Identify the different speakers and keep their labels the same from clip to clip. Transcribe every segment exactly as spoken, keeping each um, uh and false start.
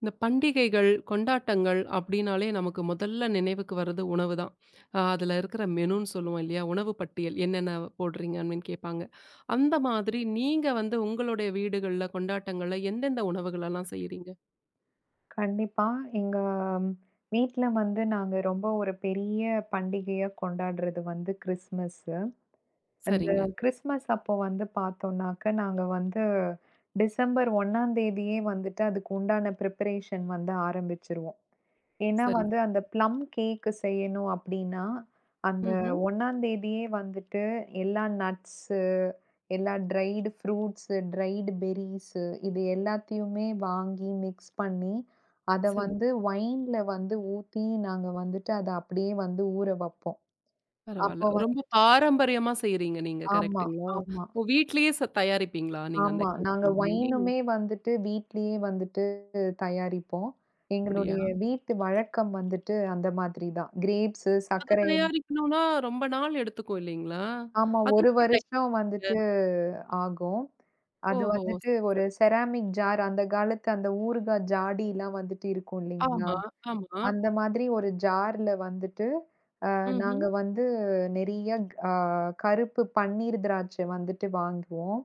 Speaker 1: இந்த பண்டிகைகள், கொண்டாட்டங்கள் அப்படின்னாலே நமக்கு முதல்ல நினைவுக்கு வர்றது உணவு தான். அ அதுல இருக்கிற மெனுன்னு சொல்லுவோம் இல்லையா? உணவு பட்டியல் என்னென்ன போடுறீங்க அப்படின்னு கேட்பாங்க. அந்த மாதிரி நீங்க வந்து உங்களுடைய வீடுகள்ல, கொண்டாட்டங்கள்ல எந்தெந்த உணவுகளெல்லாம் செய்றீங்க?
Speaker 2: கண்டிப்பா. எங்க வீட்ல வந்து நாங்க ரொம்ப ஒரு பெரிய பண்டிகையா கொண்டாடுறது வந்து கிறிஸ்மஸ்ஸு. அந்த
Speaker 1: சரிங்க.
Speaker 2: கிறிஸ்மஸ் அப்போ வந்து பார்த்தோம்னாக்க, நாங்க வந்து டிசம்பர் ஒன்றாம் தேதியே வந்துட்டு அதுக்கு உண்டான பிரிப்பரேஷன் வந்து ஆரம்பிச்சுருவோம். ஏன்னா
Speaker 1: சரி.
Speaker 2: வந்து அந்த ப்ளம் கேக்கு செய்யணும் அப்டின்னா, அந்த
Speaker 1: ம்ஹ்ம்.
Speaker 2: ஒன்றாம் தேதியே வந்துட்டு எல்லா நட்ஸு, எல்லா ட்ரைடு ஃப்ரூட்ஸு, ட்ரைடு பெர்ரீஸு இது எல்லாத்தையுமே வாங்கி மிக்ஸ் பண்ணி, அத
Speaker 1: சரி.
Speaker 2: வந்து ஒயின்ல வந்து ஊத்தி நாங்க வந்துட்டு அத அப்படியே வந்து ஊற வப்போம்.
Speaker 1: பரவால்ல.
Speaker 2: அப்போ
Speaker 1: ரொம்ப
Speaker 2: வந்துட்டு
Speaker 1: பாரம்பரியமா செய்றீங்க நீங்க.
Speaker 2: ஆமா,
Speaker 1: கரெக்ட்டுங்களா?
Speaker 2: ஆமா,
Speaker 1: ஓ! வீட்லயே ச தயாரிப்பீங்களா? நீங்க அந்த
Speaker 2: ஆமா.
Speaker 1: கேக்
Speaker 2: நாங்க
Speaker 1: எல்லாமே?
Speaker 2: ஒயினுமே வந்துட்டு வீட்லயே வந்துட்டு தயாரிப்போம்.
Speaker 1: அப்படியா?
Speaker 2: எங்களுடைய வீட்டு வழக்கம் வந்துட்டு அந்த மாதிரி தான். கிரேப்ஸு,
Speaker 1: அது
Speaker 2: சர்க்கரை.
Speaker 1: தயாரிக்கணும்னா ரொம்ப நாள் எடுத்துக்கும் இல்லைங்களா?
Speaker 2: ஆமா.
Speaker 1: அது
Speaker 2: ஒரு
Speaker 1: எப்படி தைக்க?
Speaker 2: வருஷம் வந்துட்டு ஆகும். அது
Speaker 1: ஓஹோ!
Speaker 2: வந்துட்டு ஒரு செராமிக் ஜார், அந்த காலத்து அந்த ஊறுகா ஜாடிலாம் வந்துட்டு இருக்கும் இல்லைங்களா?
Speaker 1: ஆமா, ஆமா.
Speaker 2: அந்த மாதிரி ஒரு ஜார்ல வந்துட்டு அ
Speaker 1: ம்ஹ்ம்.
Speaker 2: நாங்க வந்து நெறைய க் அ கருப்பு பன்னீர் திராட்சை வந்துட்டு வாங்குவோம்.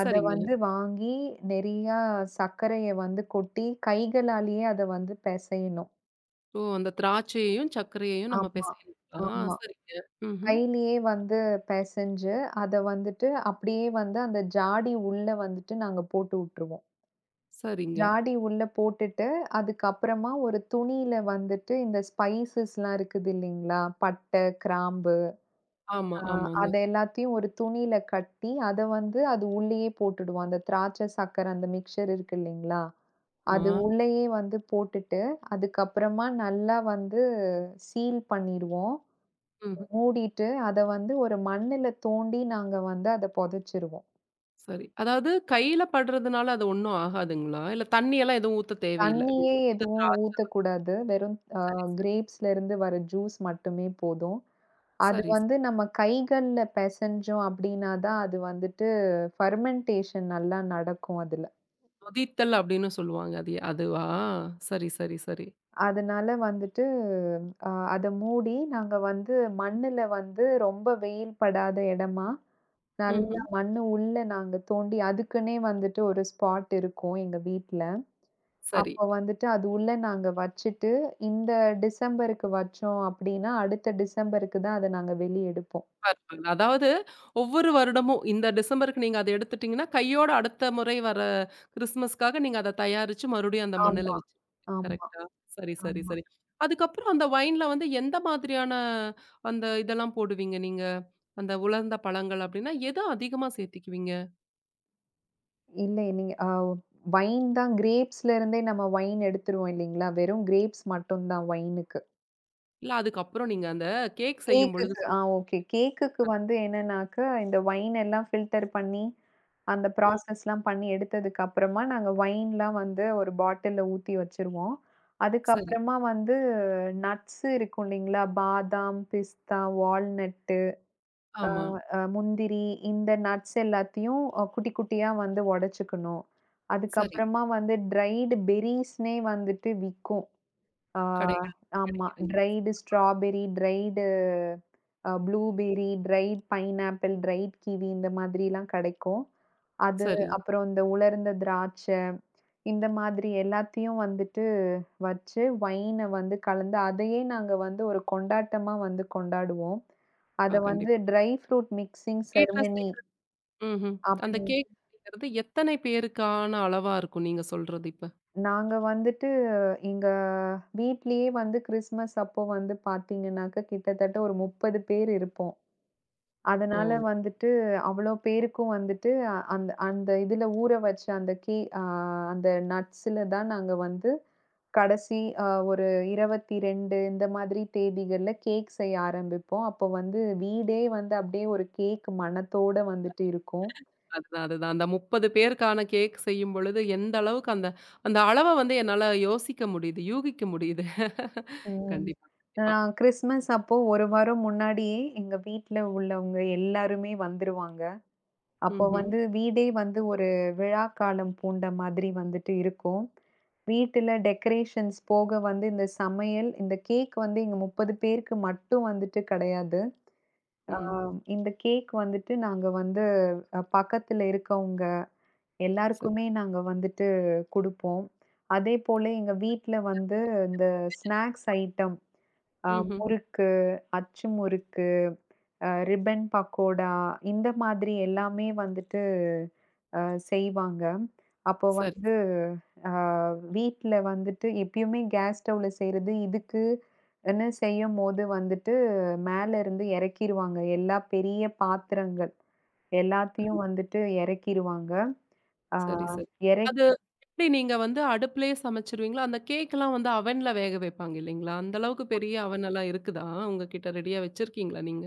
Speaker 2: அத
Speaker 1: சரிங்க.
Speaker 2: வந்து வாங்கி நெறையா சர்க்கரைய வந்து கொட்டி கைகளாலேயே அத வந்து பெசையணும்.
Speaker 1: ஓ! அந்த திராட்சையையும், சர்க்கரையையும் நம்ம
Speaker 2: ஆமா,
Speaker 1: பிசைஞ்சுக்கலாம். ஆ
Speaker 2: ஆமா.
Speaker 1: சரிங்க. ம்ஹ்ம்.
Speaker 2: கையிலேயே வந்து பெசஞ்சு, அத வந்துட்டு அப்படியே வந்து அந்த ஜாடி உள்ள வந்துட்டு நாங்க போட்டு உட்டுருவோம்.
Speaker 1: சரிங்க.
Speaker 2: ஜாடி உள்ள போட்டுட்டு, அதுக்கப்புறமா ஒரு துணியில வந்துட்டு இந்த ஸ்பைசஸ்லாம் இருக்குது இல்லைங்களா? பட்டை, கிராம்பு,
Speaker 1: ஆமா,
Speaker 2: அ
Speaker 1: ஆமாங்க.
Speaker 2: அத எல்லாத்தையும் ஒரு துணியில கட்டி, அத வந்து அது உள்ளேயே போட்டுடுவோம். அந்த திராட்சை, சர்க்கரை அந்த மிக்ஸ்சர் இருக்கு இல்லைங்களா?
Speaker 1: ஆமா.
Speaker 2: அது உள்ளேயே வந்து போட்டுட்டு, அதுக்கப்புறமா நல்லா வந்து சீல் பண்ணிருவோம்.
Speaker 1: ம்ஹ்ம்.
Speaker 2: மூடிட்டு, அத வந்து ஒரு மண்ணுல தோண்டி நாங்க வந்து அத புதைச்சிருவோம்.
Speaker 1: சரி. அதாவது கையில படுறதுனால அது ஒண்ணும் ஆகாதுங்களா? இல்ல தண்ணியெல்லாம் எதுவும் ஊத்த தேவையில்ல.
Speaker 2: தண்ணியே
Speaker 1: வெறும்
Speaker 2: எதுவும்
Speaker 1: திராட்சை.
Speaker 2: ஊத்தக்கூடாது. வெறும் அ
Speaker 1: சரி, சரி.
Speaker 2: கிரேப்ஸ்லேருந்து வர ஜூஸ் மட்டுமே போதும். அது
Speaker 1: சரி, சரி.
Speaker 2: வந்து நம்ம கைகள்ல பெசஞ்சோம் அப்டின்னா தான் அது வந்துட்டு ஃபெர்மென்டேஷன் நல்லா நடக்கும் அதுல.
Speaker 1: நொதித்தல் அப்படின்னு சொல்லுவாங்க. அது அதுவா? சரி, சரி, சரி.
Speaker 2: அதனால வந்துட்டு அ அத மூடி நாங்க வந்து மண்ணுல வந்து ரொம்ப வெயில் படாத இடமா, நல்லா
Speaker 1: ம்ஹ்ம்.
Speaker 2: மண்ணு உள்ள நாங்க தோண்டி அதுக்குன்னே வந்துட்டு ஒரு ஸ்பாட் இருக்கும் எங்க வீட்ல.
Speaker 1: சரி.
Speaker 2: அப்ப வந்துட்டு அது உள்ள நாங்க வச்சுட்டு, இந்த டிசம்பருக்கு வச்சோம் அப்டின்னா, அடுத்த டிசம்பருக்கு தான் அத நாங்க வெளிய எடுப்போம்.
Speaker 1: பரவால்ல. அதாவது ஒவ்வொரு வருடமும் இந்த டிசம்பருக்கு நீங்க அத எடுத்துட்டீங்கன்னா, கையோட அடுத்த முறை வர கிறிஸ்துமஸ்க்காக நீங்க அத தயாரிச்சு மறுபடியும் அந்த மண்ணுல
Speaker 2: ஆமா,
Speaker 1: வச்சு
Speaker 2: ஆமா,
Speaker 1: கரெக்ட்டா? சரி, சரி,
Speaker 2: ஆமா.
Speaker 1: சரி. அதுக்கப்புறம் அந்த ஒயின்ல வந்து எந்த மாதிரியான அந்த இதெல்லாம் போடுவீங்க நீங்க? அந்த உலர்ந்த பழங்கள் அப்டின்னா, எத அதிகமா சேர்த்துக்குவீங்க?
Speaker 2: இல்ல நீங்க அ வைன் தான், கிரேப்ஸ்ல இருந்தே நம்ம வைன் எடுத்துருவோம் இல்லைங்களா? வெறும் கிரேப்ஸ் மட்டும் தான் வைனுக்கு.
Speaker 1: இல்ல அதுக்கப்புறம் நீங்க அந்த கேக் செய்யும் பொழுது
Speaker 2: கேக்குக்கு. ஆ
Speaker 1: சொல்.
Speaker 2: ஓகே. கேக்குக்கு வந்து என்னன்னாக்க, இந்த ஒயின் எல்லாம் ஃபில்டர் பண்ணி, அந்த
Speaker 1: ம்.
Speaker 2: ப்ராசஸ்லாம் பண்ணி எடுத்ததுக்கு அப்புறமா, நாங்க ஒயின்லாம் வந்து ஒரு பாட்டில்ல ஊத்தி வச்சுருவோம்.
Speaker 1: சரி.
Speaker 2: அதுக்கப்புறமா வந்து நட்ஸ் இருக்கும் இல்லைங்களா? பாதாம், பிஸ்தா, வால்நட்டு, அ
Speaker 1: ஆமா.
Speaker 2: அ முந்திரி, இந்த நட்ஸ் எல்லாத்தையும் அ குட்டி குட்டியா வந்து உடைச்சுக்கணும்.
Speaker 1: சரி.
Speaker 2: அதுக்கப்புறமா வந்து ட்ரைடு பெர்ரீஸ்ன்னே வந்துட்டு விக்கும். ஆ
Speaker 1: கடைகள்
Speaker 2: ஆமா.
Speaker 1: கிடைக்குதுங்க.
Speaker 2: Dried strawberry, dried uh blueberry, dried pineapple, dried kiwi இந்த மாதிரிலாம் கிடைக்கும். அது,
Speaker 1: சரி.
Speaker 2: அப்புறம் இந்த உலர்ந்த திராட்சை, இந்த மாதிரி எல்லாத்தையும் வந்துட்டு வச்சு ஒயின வந்து கலந்து அதையே நாங்க வந்து ஒரு கொண்டாட்டமா வந்து கொண்டாடுவோம். அத
Speaker 1: ஆ,
Speaker 2: வந்து
Speaker 1: கண்டிப்பா.
Speaker 2: ட்ரை ஃப்ரூட் மிக்ஸிங்
Speaker 1: வீட்ல
Speaker 2: செரமனி
Speaker 1: செய்ற ம்ஹ்ம். அந்த
Speaker 2: அப்படின்ட்டு
Speaker 1: கேக் அப்படிங்கிறது எத்தனை பேருக்கான அளவா இருக்கும் நீங்க சொல்றது இப்ப?
Speaker 2: நாங்க வந்துட்டு எங்க வீட்லயே வந்து கிறிஸ்மஸ் அப்போ வந்து பார்த்தீங்கன்னாக்க, கிட்டத்தட்ட ஒரு முப்பது பேர் இருப்போம்.
Speaker 1: ஓ!
Speaker 2: அதனால வந்துட்டு அவ்வளோ பேருக்கும் வந்துட்டு அ- அந்த அந்த இதுல ஊற வச்ச அந்த கே அ அந்த நட்ஸ்ல தான் நாங்க வந்து கடைசி அ ஒரு இருபத்தி இரண்டு இந்த மாதிரி தேதிகள்ல கேக் செய்ய ஆரம்பிப்போம். அப்போ வந்து வீடே வந்து அப்படியே ஒரு கேக் மணத்தோட வந்துட்டு இருக்கும்.
Speaker 1: அதுதான், அதுதான். அந்த முப்பது பேருக்கான கேக் செய்யும் பொழுது, எந்த அளவுக்கு அந்த அந்த அளவ வந்து என்னால யோசிக்க முடியுது, யூகிக்க முடியுது.
Speaker 2: ம்.
Speaker 1: கண்டிப்பா, கண்டிப்பா.
Speaker 2: நான் கிறிஸ்மஸ் அப்போ ஒரு வாரம் முன்னாடியே எங்க வீட்ல உள்ளவங்க எல்லாருமே வந்துருவாங்க. அப்போ
Speaker 1: ம்ஹ்ம்.
Speaker 2: வந்து வீடே வந்து ஒரு விழாக்காலம் பூண்ட மாதிரி வந்துட்டு இருக்கும். வீட்டில டெக்கரேஷன்ஸ் போக வந்து இந்த சமையல், இந்த கேக் வந்து எங்க முப்பது பேருக்கு மட்டும் வந்துட்டு கிடையாது. ஆ
Speaker 1: ம்.
Speaker 2: இந்த கேக் வந்துட்டு நாங்க வந்து அ பக்கத்துல இருக்கவங்க
Speaker 1: சரி.
Speaker 2: எல்லாருக்குமே நாங்க வந்துட்டு குடுப்போம். அதேபோல எங்க வீட்ல வந்து இந்த ஸ்நாக்ஸ் ஐட்டம், அ
Speaker 1: ம்ஹ்ம்.
Speaker 2: முறுக்கு, அச்சு முறுக்கு, அ ரிப்பன் பக்கோடா, இந்த மாதிரி எல்லாமே வந்துட்டு அ செய்வாங்க. அப்போ
Speaker 1: சரி,
Speaker 2: வந்து அ வீட்ல வந்துட்டு எப்பயுமே கேஸ் ஸ்டவ்ல செய்றது, இதுக்குன்னு செய்யும்போது வந்துட்டு மேல இருந்து இறக்கிருவாங்க. எல்லா பெரிய பாத்திரங்கள் எல்லாத்தையும் வந்துட்டு இறக்கிருவாங்க. ஆ
Speaker 1: சரி, சரி.
Speaker 2: இற
Speaker 1: அது எப்படி நீங்க வந்து அடுப்பிலேயே சமைச்சுருவீங்களா? அந்த கேக்லாம் வந்து அவன்ல வேக வைப்பாங்க இல்லைங்களா? அந்த அளவுக்கு பெரிய அவன் எல்லாம் இருக்குதா? உங்க கிட்ட ரெடியா வச்சிருக்கீங்களா நீங்க?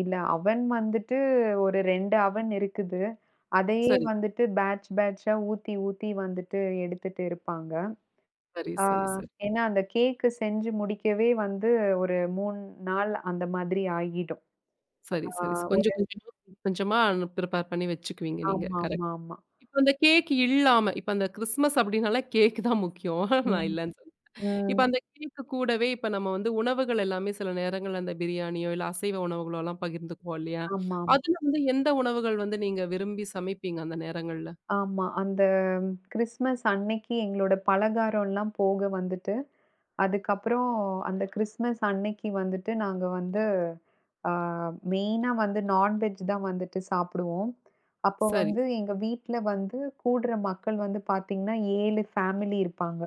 Speaker 2: இல்ல அவன் வந்துட்டு ஒரு ரெண்டு அவன் இருக்குது. அதையே
Speaker 1: சரி,
Speaker 2: வந்துட்டு பேட்ச் பேட்ச்சா ஊத்தி, ஊத்தி வந்துட்டு எடுத்துட்டு இருப்பாங்க.
Speaker 1: சரி,
Speaker 2: ஆ
Speaker 1: சரி, சரி.
Speaker 2: ஏன்னா அந்த கேக்கு செஞ்சு முடிக்கவே வந்து ஒரு மூணு நாள் அந்த மாதிரி ஆகிடும்.
Speaker 1: சரி,
Speaker 2: ஆ
Speaker 1: சரி. ஸ்
Speaker 2: ஒரு
Speaker 1: கொஞ்சம் கொஞ்சமா, கொஞ்சம் கொஞ்சமா ப்ரிப்பேர் பண்ணி வச்சுக்குவீங்க நீங்க. கரெக்ட்.
Speaker 2: ஆமாமாமா.
Speaker 1: இப்ப அந்த கேக் இல்லாம, இப்ப அந்த கிறிஸ்மஸ் அப்டின்னாலே கேக் தான் முக்கியம். நான்
Speaker 2: ம்,
Speaker 1: இல்லன்னு சொல்ல இப்ப
Speaker 2: ம்.
Speaker 1: அந்த கேக்கு கூடவே இப்ப நம்ம வந்து உணவுகள் எல்லாமே சில நேரங்கள்ல அந்த பிரியாணியோ, இல்ல அசைவ உணவுகளோ எல்லாம் பகிர்ந்துக்குவோம் இல்லையா?
Speaker 2: ஆமாம். ஆமா.
Speaker 1: அதுல வந்து எந்த உணவுகள் வந்து நீங்க விரும்பி சமைப்பீங்க அந்த நேரங்கள்ல?
Speaker 2: ஆமா. அந்த கிறிஸ்மஸ் அன்னைக்கு எங்களோட பலகாரம்லாம் போக வந்துட்டு, அதுக்கப்புறம் அந்த கிறிஸ்மஸ் அன்னைக்கு வந்துட்டு நாங்க வந்து ஆ மெயினா வந்து நான்வெஜ் தான் வந்துட்டு சாப்பிடுவோம். அப்போ
Speaker 1: சரி.
Speaker 2: வந்து எங்க வீட்ல வந்து கூடுற மக்கள் வந்து பார்த்தீங்கன்னா, ஏழு ஃபேமிலி இருப்பாங்க.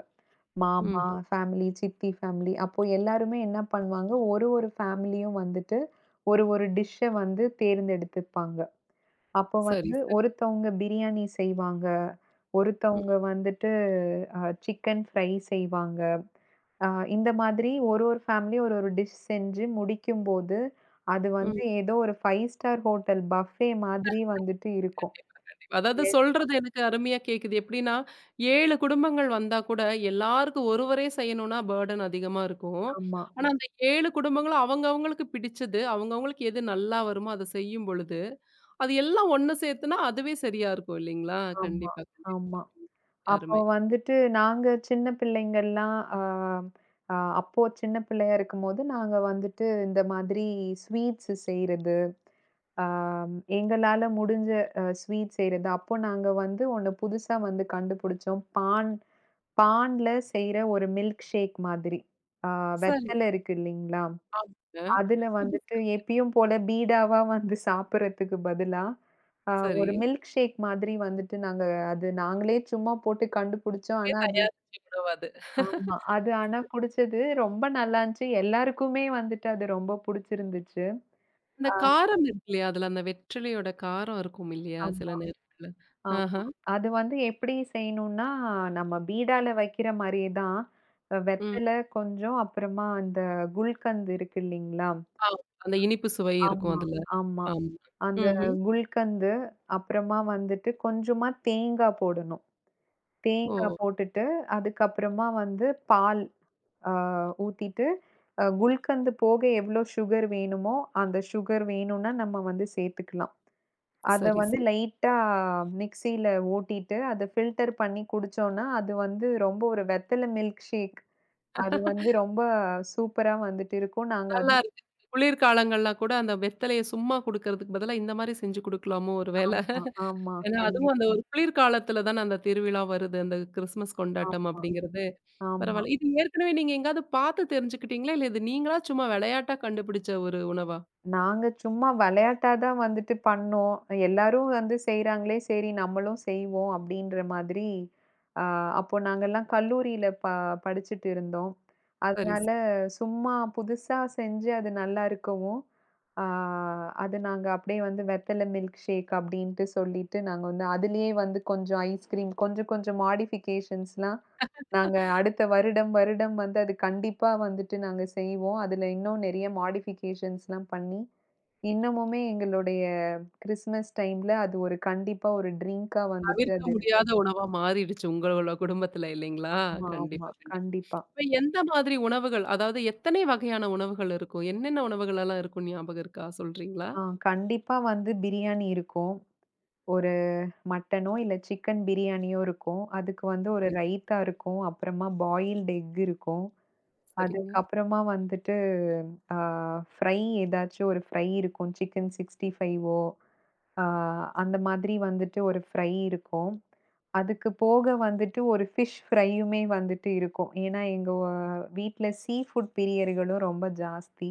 Speaker 2: மாமா
Speaker 1: ம்.
Speaker 2: ஃபேமிலி, சித்தி ஃபேமிலி. அப்போ எல்லாருமே என்ன பண்ணுவாங்க, ஒரு ஒரு ஃபேமிலியும் வந்துட்டு ஒரு ஒரு டிஷ்ஷ வந்து தேர்ந்தெடுத்துப்பாங்க. அப்போ
Speaker 1: சரி,
Speaker 2: வந்து
Speaker 1: சரி.
Speaker 2: ஒருத்தவங்க பிரியாணி செய்வாங்க.
Speaker 1: ம்.
Speaker 2: ஒருத்தவங்க வந்துட்டு அ சிக்கன் ஃப்ரை செய்வாங்க. அ இந்த மாதிரி ஒரு ஒரு ஃபேமிலி ஒரு ஒரு டிஷ் செஞ்சு முடிக்கும்போது, அது வந்து
Speaker 1: ம்.
Speaker 2: ஏதோ ஒரு ஐந்து ஸ்டார் ஹோட்டல் பஃபே மாதிரி வந்துட்டு இருக்கும்.
Speaker 1: அதாவது
Speaker 2: எஸ்.
Speaker 1: சொல்றது எனக்கு அருமையா கேக்குது. எப்படின்னா, ஏழு குடும்பங்கள் வந்தா கூட எல்லாருக்கும் ஒருவரே செய்யணும்னா பர்டன் அதிகமா இருக்கும்.
Speaker 2: ஆமா,
Speaker 1: ஆனா, ம். அந்த ஏழு குடும்பங்களும் அவங்க அவங்களுக்கு பிடிச்சது, அவங்க அவங்களுக்கு எது நல்லா வருமோ அத செய்யும் பொழுது, அது எல்லாம் ஒண்ணு சேர்த்துனா அதுவே சரியா இருக்கும் இல்லைங்களா?
Speaker 2: ஆமா,
Speaker 1: கண்டிப்பா, கண்டிப்பா.
Speaker 2: ஆமா. அப்போ
Speaker 1: அருமை.
Speaker 2: வந்துட்டு நாங்க சின்ன பிள்ளைங்கள்லாம் அ, அ அப்போ சின்ன பிள்ளையா இருக்கும்போது, நாங்க வந்துட்டு இந்த மாதிரி ஸ்வீட்ஸ் செய்றது, ஆம், எங்களால முடிஞ்ச அ ஸ்வீட் செய்றது. அப்போ நாங்க வந்து ஒண்ணு புதுசா வந்து கண்டுபிடிச்சோம். பான் பான்ல செய்ற ஒரு மில்க் ஷேக் மாதிரி. ஆ,
Speaker 1: சரி.
Speaker 2: வெத்தல இருக்கு இல்லைங்களா?
Speaker 1: ஆமாங்க.
Speaker 2: அதுல
Speaker 1: ம்.
Speaker 2: வந்துட்டு எப்பயும் போல பீடாவா வந்து சாப்பிடுறதுக்கு பதிலா, அ
Speaker 1: சரி.
Speaker 2: ஒரு மில்க் ஷேக் மாதிரி வந்துட்டு நாங்க அது நாங்களே சும்மா போட்டு கண்டுபிடிச்சோம்.
Speaker 1: வீட்லயே
Speaker 2: ஆனா அது.
Speaker 1: தயாரிச்ச உணவு அது.
Speaker 2: ஆமா. அது ஆனா குடிச்சது ரொம்ப நல்லா இருந்துச்சு. எல்லாருக்குமே வந்துட்டு அது ரொம்ப புடிச்சிருந்துச்சு.
Speaker 1: இந்த
Speaker 2: ஆ
Speaker 1: காரம் இருக்கு இல்லையா? அதுல அந்த வெற்றிலையோட காரம் இருக்கும் இல்லையா? சில
Speaker 2: ஆமா,
Speaker 1: நேரங்கள்ல. ஆஹா.
Speaker 2: ஆமா. அது வந்து எப்படி செய்யணும்னா, நம்ம பீடால வைக்கிற மாரியே தான் அ
Speaker 1: ம்.
Speaker 2: வெத்தல, கொஞ்சம் அப்புறமா அந்த குல்கந்த் இருக்கு இல்லீங்களா?
Speaker 1: ஆ. அந்த இனிப்பு சுவை இருக்கும்
Speaker 2: ஆமா,
Speaker 1: அதுல.
Speaker 2: ஆமா.
Speaker 1: ஆமா.
Speaker 2: அந்த
Speaker 1: ம்ஹ்ம்.
Speaker 2: குல்கந்து, அப்புறமா வந்துட்டு கொஞ்சமா தேங்காய் போடணும்.
Speaker 1: ஓ!
Speaker 2: தேங்காய் போட்டுட்டு, அதுக்கப்புறமா வந்து பால் அ ஊத்திட்டு, அ குல்கந்து போக எவ்ளோ சுகர் வேணுமோ, அந்த சுகர் வேணும்னா நம்ம வந்து சேர்த்துக்கலாம். அத
Speaker 1: சரி,
Speaker 2: வந்து
Speaker 1: சரி.
Speaker 2: லைட்டா மிக்ஸியில ஓட்டிட்டு, அத ஃபில்டர் பண்ணி குடிச்சோம்னா, அது வந்து ரொம்ப ஒரு வெத்தல மில்க் ஷேக். அது வந்து ரொம்ப சூப்பரா வந்துட்டு இருக்கும். நாங்க அது.
Speaker 1: நல்லா இருக்கு. குளிர்காலங்கள்லாம் கூட அந்த வெத்தலைய சும்மா குடுக்கறதுக்கு பதிலா இந்த மாரி செஞ்சு குடுக்கலாமோ ஒரு வேள.
Speaker 2: ஆமா, ஆமா.
Speaker 1: ஏன்னா அதுவும்
Speaker 2: கண்டிப்பா.
Speaker 1: அந்த ஒரு குளிர்காலத்துல தானே அந்த திருவிழா வருது. அந்த கிறிஸ்மஸ் கொண்டாட்டம்
Speaker 2: ஆமா,
Speaker 1: அப்படிங்கிறது.
Speaker 2: ஆமா.
Speaker 1: பரவால்ல. இது ஏற்கனவே நீங்க எங்கேயாவது பாத்து தெரிஞ்சுக்கிட்டீங்களா? இல்ல இது நீங்களா சும்மா விளையாட்டா கண்டுபிடிச்ச ஒரு உணவா?
Speaker 2: நாங்க சும்மா விளையாட்டா தான் வந்துட்டு பண்ணோம். எல்லாரும் வந்து செய்றாங்களே! சரி நம்மளும் செய்வோம் அப்டின்ற மாதிரி, அ அப்போ நாங்கலாம் கல்லூரியில ப படிச்சுட்டு இருந்தோம்.
Speaker 1: சரி,
Speaker 2: அதனால
Speaker 1: சரி.
Speaker 2: சும்மா புதுசா செஞ்சு அது நல்லா இருக்கவும், ஆ அது நாங்க அப்டியே வந்து வெத்தல மில்க் ஷேக் அப்டின்ட்டு சொல்லிட்டு, நாங்க வந்து அதிலேயே வந்து கொஞ்சம் ஐஸ்கிரீம் கொஞ்சம் கொஞ்சம் மாடிஃபிகேஷன்ஸ்லாம். நாங்க அடுத்த வருடம், வருடம் வந்து அது கண்டிப்பா வந்துட்டு நாங்க செய்வோம். அதுல இன்னும் நெறைய மாடிஃபிகேஷன்ஸ்லாம் பண்ணி, இன்னமுமே எங்களுடைய கிறிஸ்மஸ் டைம்ல அது ஒரு கண்டிப்பா ஒரு ட்ரிங்க்கா வந்துட்டு
Speaker 1: தவிர்க்க
Speaker 2: அது இருக்கு.
Speaker 1: முடியாத உணவா மாறிடுச்சு உங்களோட குடும்பத்துல இல்லைங்களா?
Speaker 2: ஆமா, ஆமா.
Speaker 1: கண்டிப்பா, கண்டிப்பா.
Speaker 2: கண்டிப்பா.
Speaker 1: இப்ப எந்த மாதிரி உணவுகள்? அதாவது எத்தனை வகையான உணவுகள் இருக்கும்? என்னென்ன உணவுகளெல்லாம் இருக்கும் ஞாபகம் இருக்கா? சொல்றீங்களா?
Speaker 2: ஆ கண்டிப்பா வந்து பிரியாணி இருக்கும். ஒரு மட்டனோ, இல்ல சிக்கன் பிரியாணியோ இருக்கும். அதுக்கு வந்து ஒரு
Speaker 1: சரி,
Speaker 2: ரைத்தா இருக்கும். அப்புறமா பாயில்டு எக் இருக்கும்.
Speaker 1: சரிங்க.
Speaker 2: அதுக்கப்புறமா வந்துட்டு, ஆ ஃப்ரை ஏதாச்சும் ஒரு ஃப்ரை இருக்கும். சிக்கன் 65ஓ ஆ, அந்த மாதிரி வந்துட்டு ஒரு ஃப்ரை இருக்கும். அதுக்கு போக வந்துட்டு ஒரு ஃபிஷ் ஃப்ரையுமே வந்துட்டு இருக்கும். ஏன்னா, எங்க வ வீட்ல சீ ஃபுட் பிரியர்களும் ரொம்ப ஜாஸ்தி.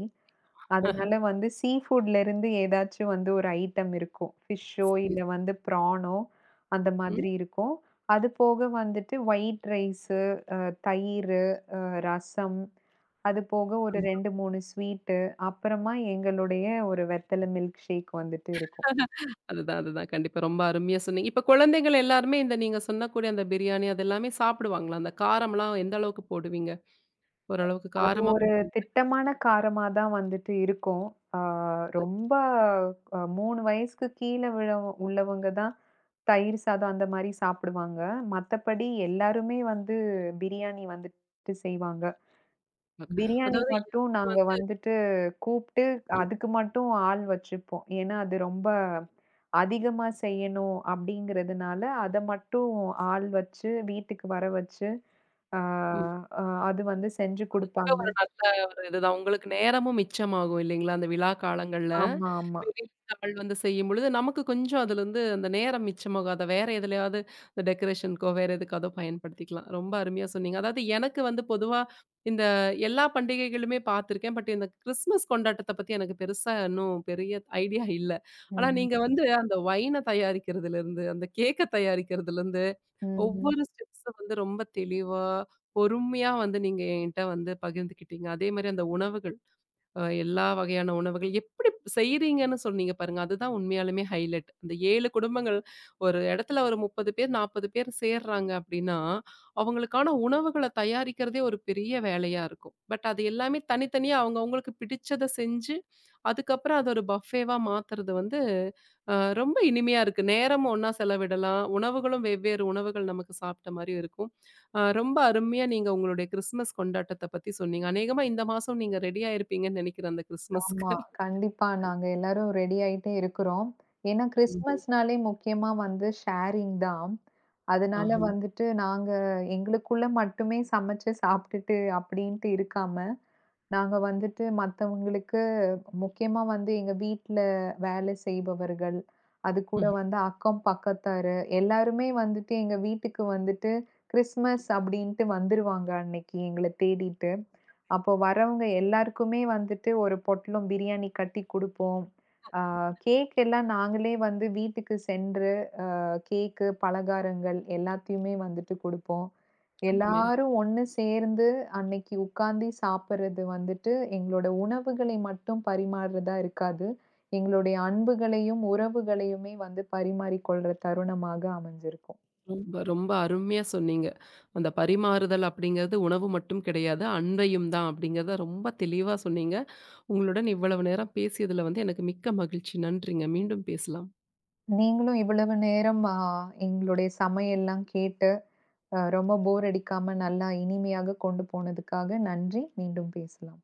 Speaker 2: அதனால வந்து சீ ஃபுட்ல இருந்து ஏதாச்சும் வந்து ஒரு ஐட்டம் இருக்கும். ஃபிஷ்ஷோ
Speaker 1: சரி.
Speaker 2: இல்ல வந்து ப்ரானோ அந்த
Speaker 1: ம்.
Speaker 2: மாதிரி இருக்கும். அது போக வந்துட்டு ஒயிட் ரைஸு, தயிரு, ரசம், அது போக ஒரு
Speaker 1: கண்டிப்பா.
Speaker 2: ரெண்டு, மூணு ஸ்வீட்டு, அப்புறமா எங்களுடைய ஒரு வெத்தல மில்க் ஷேக் வந்துட்டு இருக்கும்.
Speaker 1: அதுதான், அதுதான். கண்டிப்பா. ரொம்ப அருமையா சொன்னீங்க. இப்ப குழந்தைகள் எல்லாருமே இந்த நீங்க சொன்னக்கூடிய அந்த பிரியாணி அது எல்லாமே சாப்பிடுவாங்களா? அந்த காரம்லாம் எந்த அளவுக்கு போடுவீங்க? ஓரளவுக்கு
Speaker 2: அது
Speaker 1: காரமா
Speaker 2: ஒரு
Speaker 1: பண்ணுவீங்களா?
Speaker 2: திட்டமான காரமா தான் வந்துட்டு இருக்கும். ஆ ரொம்ப அ மூணு வயசுக்கு கீழ விழ உள்ளவங்க தான் தயிர் சாதம் அந்த மாரி சாப்பிடுவாங்க. மத்தபடி எல்லாருமே வந்து பிரியாணி வந்துட்டு செய்வாங்க. பிரியாணி
Speaker 1: அதாவது இது
Speaker 2: மட்டும் நாங்க
Speaker 1: வந்து
Speaker 2: வந்துட்டு கூப்ட்டு அதுக்கு மட்டும் ஆள் வச்சுப்போம். ஏன்னா, அது ரொம்ப அதிகமா செய்யணும் அப்டிங்கிறதுனால, அத மட்டும் ஆள் வச்சு வீட்டுக்கு வர வச்சு, ஆ
Speaker 1: ம்.
Speaker 2: அ அது வந்து செஞ்சு
Speaker 1: அது கூட
Speaker 2: குடுப்பாங்க.
Speaker 1: ஒரு நல்ல ஒரு இதுதான். உங்களுக்கு நேரமும் மிச்சமாகும் இல்லைங்களா? அந்த விழா காலங்கள்ல.
Speaker 2: ஆமா, ஆமா.
Speaker 1: வீட்டுத்தவள் வந்து செய்யும்பொழுது, நமக்கு கொஞ்சம் அதுலருந்து அந்த நேரம் மிச்சமாகும். அத வேற எதுலயாவது இந்த டெக்கரேஷனுக்கோ, வேற எதுக்காதோ பயன்படுத்திக்கலாம். ரொம்ப அருமையா சொன்னீங்க. அதாவது எனக்கு வந்து பொதுவா இந்த எல்லா பண்டிகைகளுமே பார்த்துருக்கேன். பட் இந்த கிறிஸ்மஸ் கொண்டாட்டத்த பத்தி எனக்கு பெருசா இன்னும் பெரிய ஐடியா இல்ல. ஆனா
Speaker 2: ம்.
Speaker 1: நீங்க வந்து அந்த ஒயின தயாரிக்கிறதுலருந்து, அந்த கேக்க தயாரிக்கிறதுலருந்து
Speaker 2: ம்.
Speaker 1: ஒவ்வொரு ஸ்டெப்ஸும் வந்து ரொம்ப தெளிவா, பொறுமையா வந்து நீங்க என்ட்ட வந்து பகிர்ந்துக்கிட்டீங்க. அதேமாரி அந்த உணவுகள் அ எல்லா வகையான உணவுகள் எப்படி செய்றீங்கன்னு சொன்னீங்க பாருங்க. அதுதான் உண்மையாலுமே ஹைலைட். அந்த ஏழு குடும்பங்கள் ஒரு இடத்துல ஒரு முப்பது பேர், நாற்பது பேர் சேர்றாங்க அப்படின்னா, அவங்களுக்கான உணவுகள தயாரிக்கிறதே ஒரு பெரிய வேலையா இருக்கும். பட் அது எல்லாமே தனித்தனியா அவங்கவங்களுக்கு பிடிச்சத செஞ்சு, அதுக்கப்புறம் அத ஒரு பஃபேவா மாத்துறது வந்து அ ரொம்ப இனிமையா இருக்கு. நேரமும் ஒண்ணா செலவிடலாம். உணவுகளும் வெவ்வேறு உணவுகள் நமக்கு சாப்பிட்ட மாரியும் இருக்கும். ஆ ரொம்ப அருமையா நீங்க உங்களுடைய கிறிஸ்மஸ் கொண்டாட்டத்த பத்தி சொன்னீங்க. அநேகமா இந்த மாசம் நீங்க ரெடி ஆயிருப்பீங்கன்னு நெனைக்கிறேன் அந்த
Speaker 2: ஆமா.
Speaker 1: கிறிஸ்மஸ்க்கு.
Speaker 2: கண்டிப்பா. நாங்க எல்லாரும் ரெடி ஆயிட்டே இருக்கிறோம். ஏன்னா
Speaker 1: ம்ஹ்ம்.
Speaker 2: கிறிஸ்மஸ்னாலே முக்கியமா வந்து ஷேரிங் தான். அதனால
Speaker 1: ஆஹா.
Speaker 2: வந்துட்டு நாங்க எங்களுக்குள்ள மட்டுமே சமைச்சு சாப்பிட்டுட்டு அப்படின்ட்டு இருக்காம, நாங்க வந்துட்டு மத்தவங்களுக்கு முக்கியமா வந்து எங்க வீட்ல வேலை செய்பவர்கள், அதுக்கூட
Speaker 1: ம்.
Speaker 2: வந்து அக்கம் பக்கத்தாரு எல்லாருமே வந்துட்டு எங்க வீட்டுக்கு வந்துட்டு கிறிஸ்மஸ் அப்டின்ட்டு வந்துருவாங்க அன்னைக்கு எங்கள தேடிட்டு. அப்போ வரவங்க எல்லாருக்குமே வந்துட்டு ஒரு பொட்டலம் பிரியாணி கட்டி குடுப்போம். ஆ கேக் எல்லாம் நாங்களே வந்து வீட்டுக்கு சென்று கேக்கு, பலகாரங்கள் எல்லாத்தையுமே வந்துட்டு குடுப்போம்.
Speaker 1: அருமையா.
Speaker 2: எல்லாரும் ஒண்ணு சேர்ந்து அன்னைக்கு உட்கார்ந்து சாப்பிடுறது வந்துட்டு, எங்களோட உணவுகளை மட்டும் பரிமாறுறதா இருக்காது. எங்களுடைய அன்புகளையும், உறவுகளையுமே வந்து பரிமாறிக்கொள்ற தருணமாக அமைஞ்சிருக்கும்.
Speaker 1: ரொம்ப ரொம்ப அருமையா சொன்னீங்க. அந்த பரிமாறுதல் அப்படிங்கிறது உணவு மட்டும் கிடையாது. அன்பையும் தான் அப்படிங்கிறத ரொம்ப தெளிவா சொன்னீங்க. உங்களுடன் இவ்வளவு நேரம் பேசியதுல வந்து எனக்கு மிக்க மகிழ்ச்சி. நன்றிங்க. மீண்டும் பேசலாம்.
Speaker 2: நீங்களும் இவ்வளவு நேரம் அ எங்களுடைய சமையல்லாம் கேட்டு, அ ரொம்ப போர் அடிக்காம நல்லா இனிமையாக கொண்டு போனதுக்காக நன்றி. மீண்டும் பேசலாம்.